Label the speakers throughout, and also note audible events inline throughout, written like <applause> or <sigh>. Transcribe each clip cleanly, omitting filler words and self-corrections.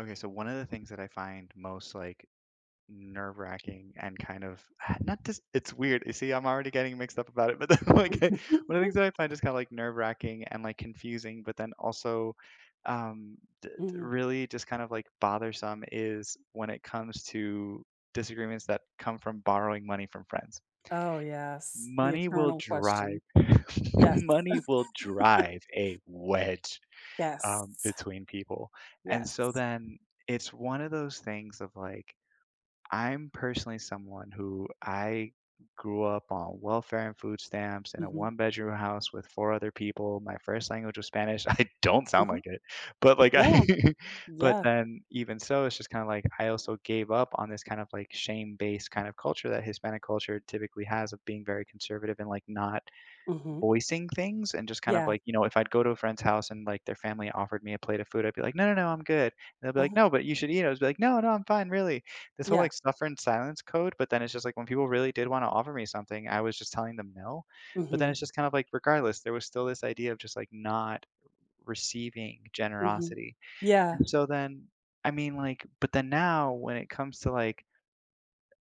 Speaker 1: Okay, so one of the things that I find most like nerve-wracking and kind of <sighs> not just it's weird. You see, I'm already getting mixed up about it, but <laughs> like I- one of the things that I
Speaker 2: <laughs>
Speaker 1: find is kind of like nerve-wracking and like confusing, but then also um
Speaker 2: Mhm.
Speaker 1: really just kind of like bothersome is when it comes to disagreements that come from borrowing money from friends.
Speaker 2: Oh, yes, the
Speaker 1: Money will
Speaker 2: eternal
Speaker 1: drive
Speaker 2: question.
Speaker 1: <laughs>
Speaker 2: Yes,
Speaker 1: money
Speaker 2: <laughs>
Speaker 1: will drive a wedge
Speaker 2: yes,
Speaker 1: between people. And so
Speaker 2: yes.
Speaker 1: then it's one of those things of like, I'm personally someone who I grew up on welfare and food stamps in a
Speaker 2: Mhm,
Speaker 1: one bedroom house with four other people. My first language was Spanish. <laughs> I don't sound
Speaker 2: mhm.
Speaker 1: like it, but like I,
Speaker 2: No,
Speaker 1: <laughs> but
Speaker 2: yeah,
Speaker 1: then even so, it's just kind of like I also gave up on this kind of like shame based kind of culture that Hispanic culture typically has of being very conservative and like not
Speaker 2: mhm,
Speaker 1: voicing things and just kind of
Speaker 2: yeah,
Speaker 1: like, you know, if I'd go to a friend's house and like their family offered me a plate of food, I'd be like, "No, no, no, I'm good." And they'll be like,
Speaker 2: uh-huh,
Speaker 1: "No, but you should eat it." I was like, "No, no, I'm fine, really." This whole
Speaker 2: yeah,
Speaker 1: like suffer and silence code, but then it's just like when people really did want to offer me something, I was just telling them no. But then
Speaker 2: mhm,
Speaker 1: it's just kind of like regardless, there was still this idea of just like not receiving
Speaker 2: mhm,
Speaker 1: generosity.
Speaker 2: yeah,
Speaker 1: And so then I mean like but then now when it comes to like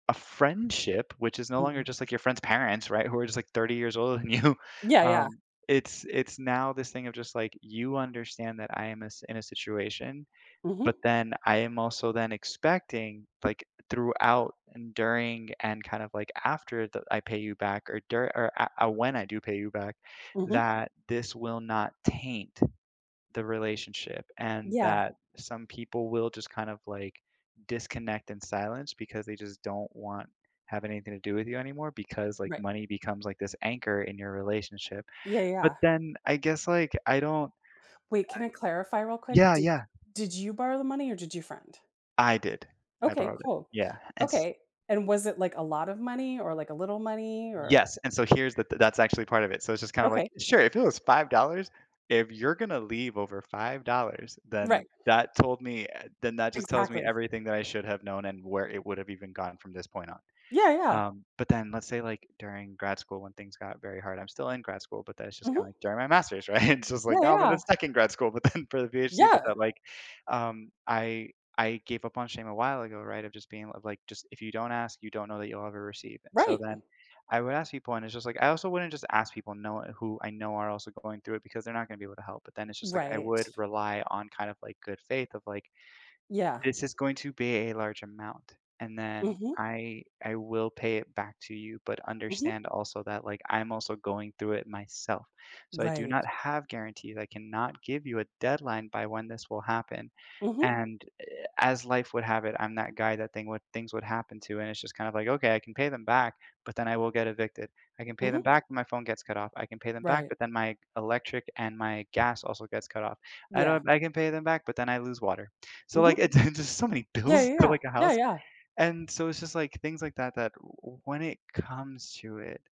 Speaker 1: a friendship, which is no longer
Speaker 2: mhm,
Speaker 1: just like your friend's parents, right? Who are just like 30 years older than you. <laughs>
Speaker 2: yeah, yeah,
Speaker 1: Um, it's now this thing of just like you understand that I am a s in a situation,
Speaker 2: mhm,
Speaker 1: but then I am also then expecting like throughout and during and kind of like after that I pay you back or when I do pay you back,
Speaker 2: mhm,
Speaker 1: that this will not taint the relationship and
Speaker 2: yeah,
Speaker 1: that some people will just kind of like disconnect in silence because they just don't want have anything to do with you anymore because like
Speaker 2: right,
Speaker 1: money becomes like this anchor in your relationship.
Speaker 2: yeah,
Speaker 1: But
Speaker 2: yeah.
Speaker 1: then I guess like I don't
Speaker 2: Wait, can I clarify real quick?
Speaker 1: yeah,
Speaker 2: Did
Speaker 1: yeah.
Speaker 2: did you borrow the money or did you friend?
Speaker 1: I did. I
Speaker 2: Okay,
Speaker 1: borrowed it.
Speaker 2: cool.
Speaker 1: Yeah. And
Speaker 2: Okay, and was it like a lot of money or like a little money or
Speaker 1: yes, and so here's the th that's actually part of it. So it's just kinda like,
Speaker 2: Okay,
Speaker 1: sure, if it was $5, if you're gonna leave over $5, then
Speaker 2: right,
Speaker 1: that told me, then that just tells me
Speaker 2: exactly.
Speaker 1: everything that I should have known and where it would have even gone from this point on.
Speaker 2: Yeah, yeah,
Speaker 1: But then let's say, like, during grad school when things got very hard I'm still in grad school, but that's just kinda
Speaker 2: mhm.
Speaker 1: like during my master's, right? <laughs> It's just
Speaker 2: Yeah,
Speaker 1: like now I'm in the
Speaker 2: yeah.
Speaker 1: second grad school, but then for the PhD, but
Speaker 2: Yeah,
Speaker 1: that, like, um, I I gave up on shame a while ago, right, of just being of like, just if you don't ask, you don't know that you'll ever receive. And so
Speaker 2: right.
Speaker 1: then I would ask people, and it's just like I also wouldn't just ask people know who I know are also going through it because they're not gonna be able to help. But then it's just like I would
Speaker 2: Right.
Speaker 1: rely on kind of like good faith of like,
Speaker 2: Yeah.
Speaker 1: this is going to be a large amount, and then
Speaker 2: Mhm,
Speaker 1: I will pay it back to you, but
Speaker 2: mhm.
Speaker 1: understand also that, like, I'm also going through it myself. So I do
Speaker 2: Right.
Speaker 1: not have guarantees. I cannot give you a deadline by when this will happen,
Speaker 2: Mhm,
Speaker 1: and, as life would have it, I'm that guy that things would happen to, and it's just kind of like, "Okay, I can pay them back, but then I will get evicted. I can pay
Speaker 2: mhm.
Speaker 1: them back, but my phone gets cut off. I can pay them back,
Speaker 2: Right.
Speaker 1: but then my electric and my gas also gets cut off. I
Speaker 2: Yeah.
Speaker 1: don't I can pay them back, but then I lose water." So, like,
Speaker 2: Mhm.
Speaker 1: it's <laughs> it's just so many
Speaker 2: Yeah,
Speaker 1: bills
Speaker 2: yeah,
Speaker 1: to,
Speaker 2: yeah.
Speaker 1: like, a
Speaker 2: Yeah,
Speaker 1: house,
Speaker 2: yeah.
Speaker 1: and so it's just, like, things like that that w when it comes to it,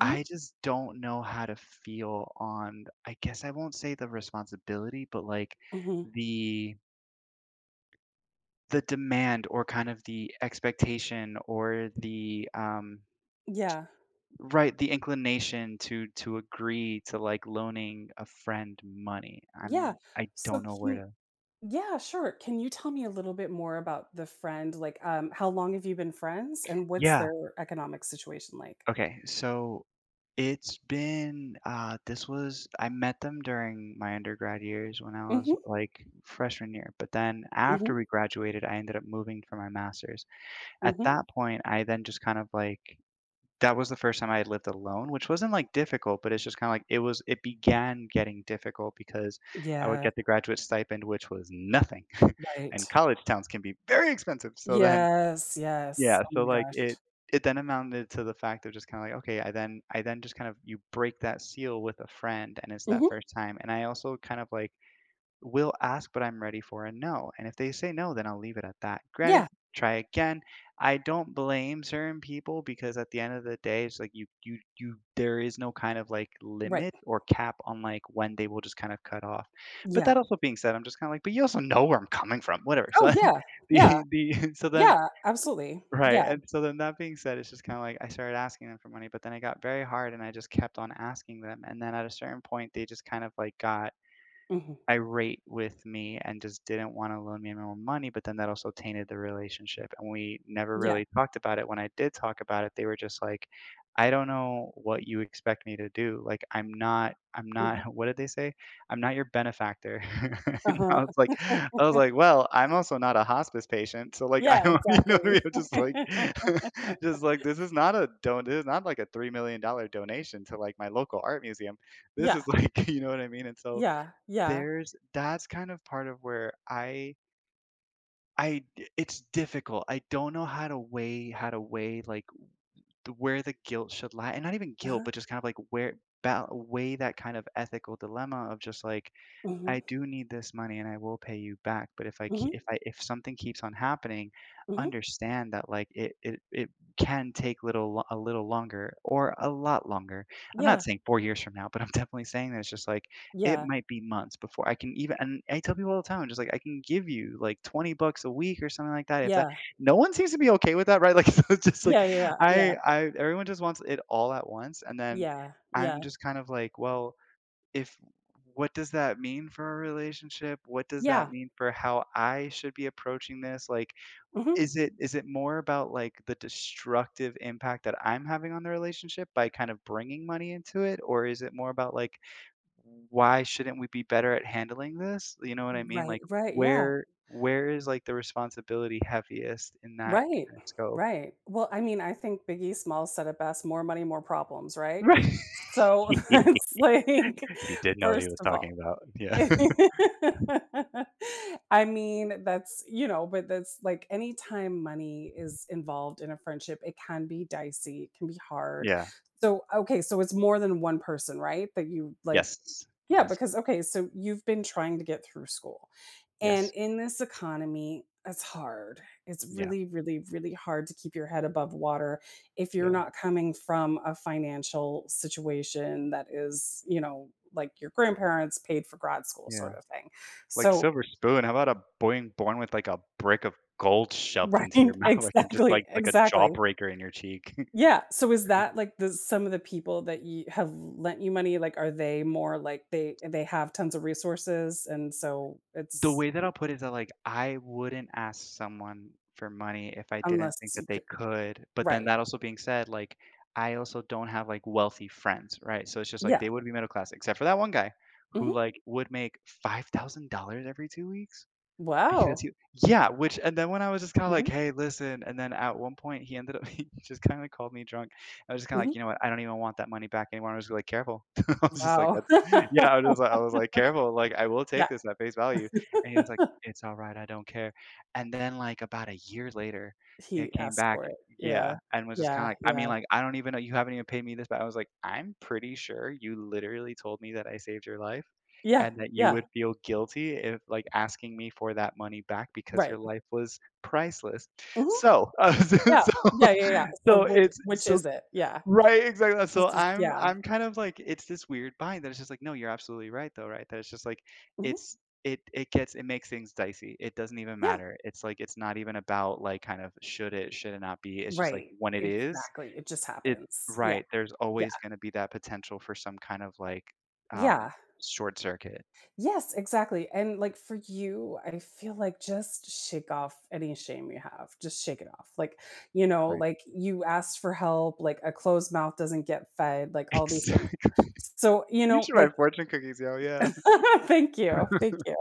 Speaker 1: I just don't know how to feel on I guess I won't say the responsibility, but, like,
Speaker 2: mhm.
Speaker 1: the the demand or kind of the expectation or the,
Speaker 2: Yeah.
Speaker 1: right, the inclination to agree to, like, loaning a friend money.
Speaker 2: Yeah.
Speaker 1: I
Speaker 2: So
Speaker 1: don't know where
Speaker 2: can
Speaker 1: to.
Speaker 2: Yeah, sure. Can you tell me a little bit more about the friend? Like, how long have you been friends and what's
Speaker 1: Yeah.
Speaker 2: their economic situation like?
Speaker 1: Okay, so it's been this was I met them during my undergrad years when I was
Speaker 2: Mhm,
Speaker 1: like freshman year. But then
Speaker 2: mhm,
Speaker 1: after we graduated, I ended up moving for my master's. At
Speaker 2: mhm.
Speaker 1: that point, I then just kind of like that was the first time I had lived alone, which wasn't like difficult, but it's just kind of like it began getting difficult because I would
Speaker 2: Yeah,
Speaker 1: get the graduate stipend, which was nothing. <laughs> And
Speaker 2: right.
Speaker 1: college towns can be very expensive. So then
Speaker 2: Yes, yes.
Speaker 1: yeah,
Speaker 2: Oh
Speaker 1: so,
Speaker 2: my
Speaker 1: like,
Speaker 2: gosh.
Speaker 1: it then amounted to the fact of just kinda like, okay, I then just kind of you break that seal with a friend, and it's that
Speaker 2: Mhm.
Speaker 1: first time, and I also kind of, like, will ask, but I'm ready for a no, and if they say no, then I'll leave it at that. Granted,
Speaker 2: Yeah,
Speaker 1: try again. I don't blame certain people because at the end of the day, it's like you there is no kind of, like,
Speaker 2: right.
Speaker 1: limit or cap on, like, when they will just kind of cut off. But
Speaker 2: Yeah.
Speaker 1: that also being said, I'm just kinda like, "But you also know where I'm coming from." Whatever. So,
Speaker 2: Oh, yeah.
Speaker 1: <laughs>
Speaker 2: Yeah.
Speaker 1: the so then
Speaker 2: Yeah, absolutely.
Speaker 1: right,
Speaker 2: Yeah.
Speaker 1: and so then that being said, it's just kinda like I started asking them for money, but then it got very hard and I just kept on asking them, and then at a certain point, they just kind of like got
Speaker 2: Mhm.
Speaker 1: irate with me and just didn't wanna loan me any more money, but then that also tainted the relationship, and we never
Speaker 2: Yeah.
Speaker 1: really talked about it. When I did talk about it, they were just like, "I don't know what you expect me to do. Like, I'm not"
Speaker 2: Mhm.
Speaker 1: <laughs> what did they say? "I'm not your benefactor." <laughs> And
Speaker 2: Uh-huh.
Speaker 1: I was like, "Well, I'm also not a hospice patient, so, like, I
Speaker 2: Yeah,
Speaker 1: don't" <laughs> you know what I
Speaker 2: exactly.
Speaker 1: mean? I'm just like
Speaker 2: <laughs>
Speaker 1: <laughs> just like, "This is not a don this is not like a $3 million dollar donation to, like, my local art museum. This
Speaker 2: Yeah.
Speaker 1: is like" <laughs> you know what I mean? And so
Speaker 2: Yeah. Yeah.
Speaker 1: there's that's kind of part of where I d it's difficult. I don't know how to weigh like, the where the guilt should lie and not even guilt,
Speaker 2: Uh-huh.
Speaker 1: but just kind of, like, where ba weigh that kind of ethical dilemma of just, like,
Speaker 2: Mhm.
Speaker 1: I do need this money and I will pay you back. But
Speaker 2: Mhm.
Speaker 1: if I if something keeps on happening,
Speaker 2: Mhm.
Speaker 1: understand that like it can take a little longer or a lot longer. I'm not
Speaker 2: Yeah.
Speaker 1: saying 4 years from now, but I'm <laughs> definitely saying that it's just like it
Speaker 2: Yeah.
Speaker 1: might be months before I can even. And I tell people all the time, just like I can give you like 20 bucks a week or something like that. If that
Speaker 2: Yeah.
Speaker 1: no one seems to be okay with that, right? <laughs> Like so it's just like
Speaker 2: Yeah, yeah, yeah,
Speaker 1: I everyone just wants it all at once, and then
Speaker 2: yeah, yeah,
Speaker 1: I'm just kind of like well if what does that mean for our relationship? What does that
Speaker 2: yeah.
Speaker 1: mean for how I should be approaching this? Like,
Speaker 2: Mhm.
Speaker 1: is it more about, like, the destructive impact that I'm having on the relationship by kind of bringing money into it? Or is it more about, like, why shouldn't we be better at handling this? You know what I mean?
Speaker 2: Right,
Speaker 1: Like,
Speaker 2: right, yeah.
Speaker 1: where is, like, the responsibility heaviest in that
Speaker 2: Right,
Speaker 1: kind of scope?
Speaker 2: right. Well, I mean, I think Biggie Smalls said it best, "More money, more problems,"
Speaker 1: <laughs>
Speaker 2: right?
Speaker 1: Right.
Speaker 2: So, <laughs>
Speaker 1: <laughs>
Speaker 2: it's like,
Speaker 1: He did know what he
Speaker 2: first
Speaker 1: was
Speaker 2: of
Speaker 1: talking
Speaker 2: all
Speaker 1: about.
Speaker 2: <laughs>
Speaker 1: Yeah. <laughs>
Speaker 2: I mean, that's, but that's like anytime money is involved in a friendship, it can be dicey, it can be hard.
Speaker 1: Yeah.
Speaker 2: So, okay, so it's more than one person, right? That you like,
Speaker 1: Yes.
Speaker 2: yeah,
Speaker 1: Yes.
Speaker 2: because, okay, so you've been trying to get through school. And
Speaker 1: Yes.
Speaker 2: in this economy, it's hard. It's
Speaker 1: Yeah.
Speaker 2: really, really, really hard to keep your head above water if you're
Speaker 1: Yeah,
Speaker 2: not coming from a financial situation that is, like your grandparents paid for grad school
Speaker 1: yeah.
Speaker 2: sort of thing.
Speaker 1: Like
Speaker 2: So
Speaker 1: silver spoon, how about a boy born with like a brick of gold
Speaker 2: <laughs>
Speaker 1: shoved into your
Speaker 2: right,
Speaker 1: mouth, <laughs> like, and just
Speaker 2: exactly,
Speaker 1: like a
Speaker 2: exactly.
Speaker 1: jawbreaker in your cheek. <laughs>
Speaker 2: Yeah, so is that like the some of the people that you have lent you money, like, are they more like they have tons of resources and so
Speaker 1: The
Speaker 2: it's
Speaker 1: way that I'll put it is that like I wouldn't ask someone for money if I didn't
Speaker 2: unless
Speaker 1: think that
Speaker 2: you
Speaker 1: they
Speaker 2: could
Speaker 1: could. But then
Speaker 2: right.
Speaker 1: that also being said, like I also don't have like wealthy friends, right? So it's just like
Speaker 2: Yeah.
Speaker 1: they would be middle class, except for that one guy who
Speaker 2: Mhm.
Speaker 1: like would make $5,000 every 2 weeks. Because
Speaker 2: Wow.
Speaker 1: you yeah, which and then when I was just kinda like,
Speaker 2: Mhm,
Speaker 1: "Hey, listen," and then at one point, he ended up <laughs> he just kinda called me drunk. I was just kinda like,
Speaker 2: mhm.
Speaker 1: "You know what? I don't even want that money back anymore." I was like, "Careful." <laughs> I was just like,
Speaker 2: Wow.
Speaker 1: I
Speaker 2: <laughs>
Speaker 1: was like "Careful, like, I will take
Speaker 2: Yeah.
Speaker 1: this at face value." And he was like,
Speaker 2: <laughs>
Speaker 1: "It's alright, I don't care." And then, like, about a year later, it
Speaker 2: He
Speaker 1: came
Speaker 2: asked
Speaker 1: back,
Speaker 2: for it. Yeah.
Speaker 1: yeah, and was just kinda
Speaker 2: Yeah,
Speaker 1: like I mean,
Speaker 2: yeah.
Speaker 1: like, "I don't even know you haven't even paid me this back." I was like, "I'm pretty sure you literally told me that I saved your life,
Speaker 2: Yeah,
Speaker 1: and that you
Speaker 2: yeah,
Speaker 1: would feel guilty if like, asking me for that money back because your
Speaker 2: right.
Speaker 1: life was priceless."
Speaker 2: Mhm.
Speaker 1: So, <laughs> so
Speaker 2: Yeah,
Speaker 1: so
Speaker 2: yeah, yeah, yeah. So
Speaker 1: so it's
Speaker 2: which
Speaker 1: so
Speaker 2: is it? Yeah.
Speaker 1: Right, exactly.
Speaker 2: This
Speaker 1: So
Speaker 2: is
Speaker 1: I'm
Speaker 2: yeah.
Speaker 1: I'm kind of like it's this weird bind that it's just like, no, you're absolutely right though, right? That it's just like
Speaker 2: Mhm.
Speaker 1: it's it it gets it makes things dicey. It doesn't even
Speaker 2: Yeah,
Speaker 1: matter. It's like it's not even about like kind of should it not be. It's just like
Speaker 2: right.
Speaker 1: when it is,
Speaker 2: Exactly. It just
Speaker 1: it
Speaker 2: happens. Yeah,
Speaker 1: right, there's
Speaker 2: yeah,
Speaker 1: always gonna be that potential for some kind of like um
Speaker 2: yeah.
Speaker 1: short circuit,
Speaker 2: Yes, exactly. And, like, for you, I feel like just shake off any shame you have. Just shake it off. Like,
Speaker 1: right?
Speaker 2: like, you asked for help, like, a closed mouth doesn't get fed, like, all these things.
Speaker 1: Exactly. <laughs>
Speaker 2: So,
Speaker 1: You should
Speaker 2: like
Speaker 1: write fortune cookies, yo, yeah.
Speaker 2: <laughs> Thank you, thank you.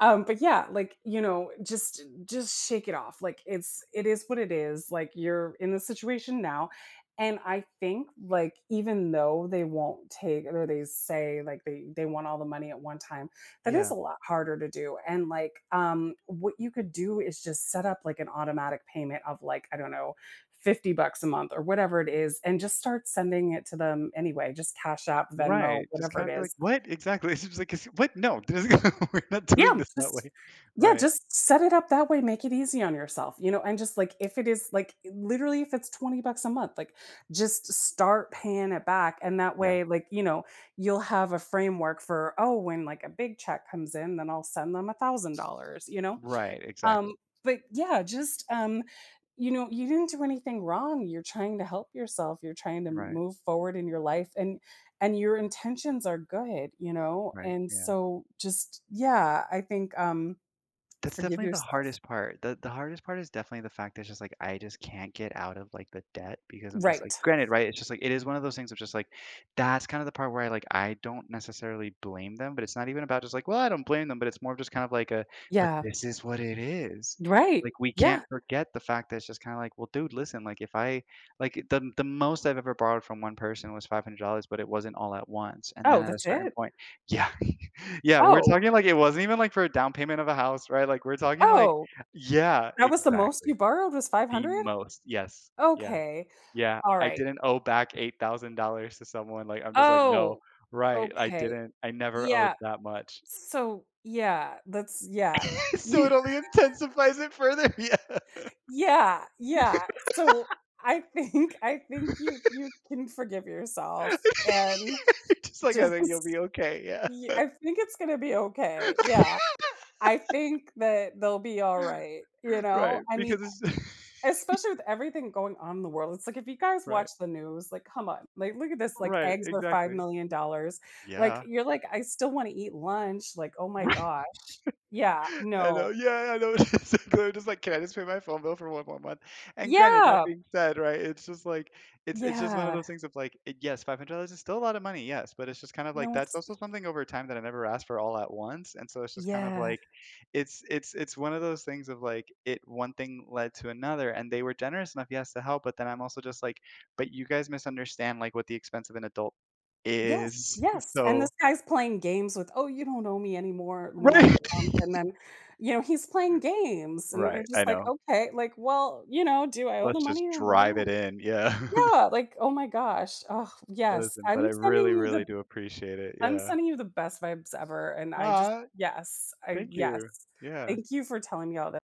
Speaker 2: But yeah, like, just shake it off. Like it is what it is. Like you're in the situation now. And I think like even though they won't take or they say like they want all the money at one time, that is
Speaker 1: Yeah.
Speaker 2: a lot harder to do. And like what you could do is just set up like an automatic payment of like, I don't know, 50 bucks a month or whatever it is, and just start sending it to them anyway. Just Cash App, Venmo,
Speaker 1: Right, just
Speaker 2: whatever it
Speaker 1: kinda be like,
Speaker 2: is
Speaker 1: "What?" Exactly, <laughs> it's just like, "It's what? No, this is- <laughs> we're not doing
Speaker 2: yeah,
Speaker 1: this that
Speaker 2: just
Speaker 1: way."
Speaker 2: yeah,
Speaker 1: Right.
Speaker 2: just set it up that way, make it easy on yourself, and just like if it is like literally if it's 20 bucks a month, like just start paying it back. And that
Speaker 1: Yeah.
Speaker 2: way, like, you'll have a framework for, oh, when like a big check comes in, then I'll send them $1,000, you know?
Speaker 1: Right, exactly.
Speaker 2: Um, but yeah, just, you didn't do anything wrong. You're trying to help yourself. You're trying to
Speaker 1: Right,
Speaker 2: move forward in your life and your intentions are good, you know?
Speaker 1: right,
Speaker 2: And
Speaker 1: yeah.
Speaker 2: so just yeah, I think
Speaker 1: That's
Speaker 2: forgive
Speaker 1: definitely the
Speaker 2: yourself.
Speaker 1: hardest part. The hardest part is definitely the fact that it's just, like, I just can't get out of, like, the debt because I'm just like
Speaker 2: Right.
Speaker 1: granted, right? It's just like it is one of those things of just like that's kind of the part where I, like, I don't necessarily blame them, but it's not even about just like, "Well, I don't blame them," but it's more of just kind of like a, "But
Speaker 2: Yeah.
Speaker 1: this is what it is."
Speaker 2: Right.
Speaker 1: Like, we can't
Speaker 2: Yeah.
Speaker 1: forget the fact that it's just kinda like, "Well, dude, listen, like, if I" like, the most I've ever borrowed from one person was $500, but it wasn't all at once, and then
Speaker 2: Oh,
Speaker 1: at a
Speaker 2: that's
Speaker 1: certain
Speaker 2: it.
Speaker 1: point yeah. Yeah, we're
Speaker 2: Oh.
Speaker 1: talking like it wasn't even like for a down payment of a house, right? Like, we're talking like
Speaker 2: Oh,
Speaker 1: yeah,
Speaker 2: that was the most you
Speaker 1: exactly.
Speaker 2: borrowed was
Speaker 1: The
Speaker 2: 500?
Speaker 1: most, yes. Yeah,
Speaker 2: Okay.
Speaker 1: yeah.
Speaker 2: All
Speaker 1: I
Speaker 2: right.
Speaker 1: didn't owe back $8,000 to someone, like, I'm just like, "No."
Speaker 2: Oh,
Speaker 1: Right, I
Speaker 2: okay.
Speaker 1: didn't I never owed
Speaker 2: Yeah.
Speaker 1: that much.
Speaker 2: So, yeah, that's yeah.
Speaker 1: <laughs> So it
Speaker 2: You
Speaker 1: only intensifies it further, <laughs> yeah.
Speaker 2: Yeah, yeah. So I think you you can forgive yourself and
Speaker 1: <laughs> Just like, "I
Speaker 2: just
Speaker 1: think you'll be okay,"
Speaker 2: <laughs>
Speaker 1: yeah.
Speaker 2: y I think it's gonna be okay.
Speaker 1: <laughs>
Speaker 2: Yeah. I think that they'll be alright, you
Speaker 1: Right,
Speaker 2: know? I mean,
Speaker 1: because it's
Speaker 2: especially with everything going on in the world, it's like if you guys
Speaker 1: <laughs> right,
Speaker 2: watch the news, like, come on, like, look at this, like,
Speaker 1: right,
Speaker 2: eggs were
Speaker 1: exactly.
Speaker 2: $5,000,000. Like,
Speaker 1: Yeah.
Speaker 2: you're like, "I still wanna eat lunch," like, "Oh my
Speaker 1: <laughs>
Speaker 2: gosh." Yeah,
Speaker 1: <laughs> I know,
Speaker 2: no.
Speaker 1: yeah, I know. <laughs> Exactly. I'm just like, can I just pay my phone bill for one more month? And granted, that
Speaker 2: Yeah,
Speaker 1: being said, right, it's just like it's just one of
Speaker 2: yeah.
Speaker 1: those things of like, it, yes, $500 is still a lot of money, yes, but it's just kind of like
Speaker 2: No,
Speaker 1: that's
Speaker 2: it's
Speaker 1: also something over time that I never asked for all at once, and so it's just kind of
Speaker 2: yeah.
Speaker 1: like, it's one of those things of like it one thing led to another, and they were generous enough, yes, to help, but then I'm also just like, but you guys misunderstand like what the expense of an adult
Speaker 2: Yes,
Speaker 1: is, <laughs>
Speaker 2: yes, and
Speaker 1: so
Speaker 2: this guy's playing games with, "Oh, you don't owe me anymore," when I'm
Speaker 1: right,
Speaker 2: drunk, and then, he's playing games, and
Speaker 1: right,
Speaker 2: you're
Speaker 1: I
Speaker 2: just like,
Speaker 1: know.
Speaker 2: "Okay," like, "Well, you know, do I owe the
Speaker 1: Let's just
Speaker 2: money or do I
Speaker 1: drive
Speaker 2: not?"
Speaker 1: it in, yeah. <laughs>
Speaker 2: Yeah, like, oh my gosh, oh yes,
Speaker 1: Listen, but I
Speaker 2: I'm sending
Speaker 1: really,
Speaker 2: you
Speaker 1: really
Speaker 2: the
Speaker 1: do appreciate it,
Speaker 2: I'm
Speaker 1: yeah.
Speaker 2: sending you the best vibes ever, and I just
Speaker 1: Ah,
Speaker 2: yes, I
Speaker 1: thank
Speaker 2: yes.
Speaker 1: you. Yeah.
Speaker 2: Thank you for telling me all this.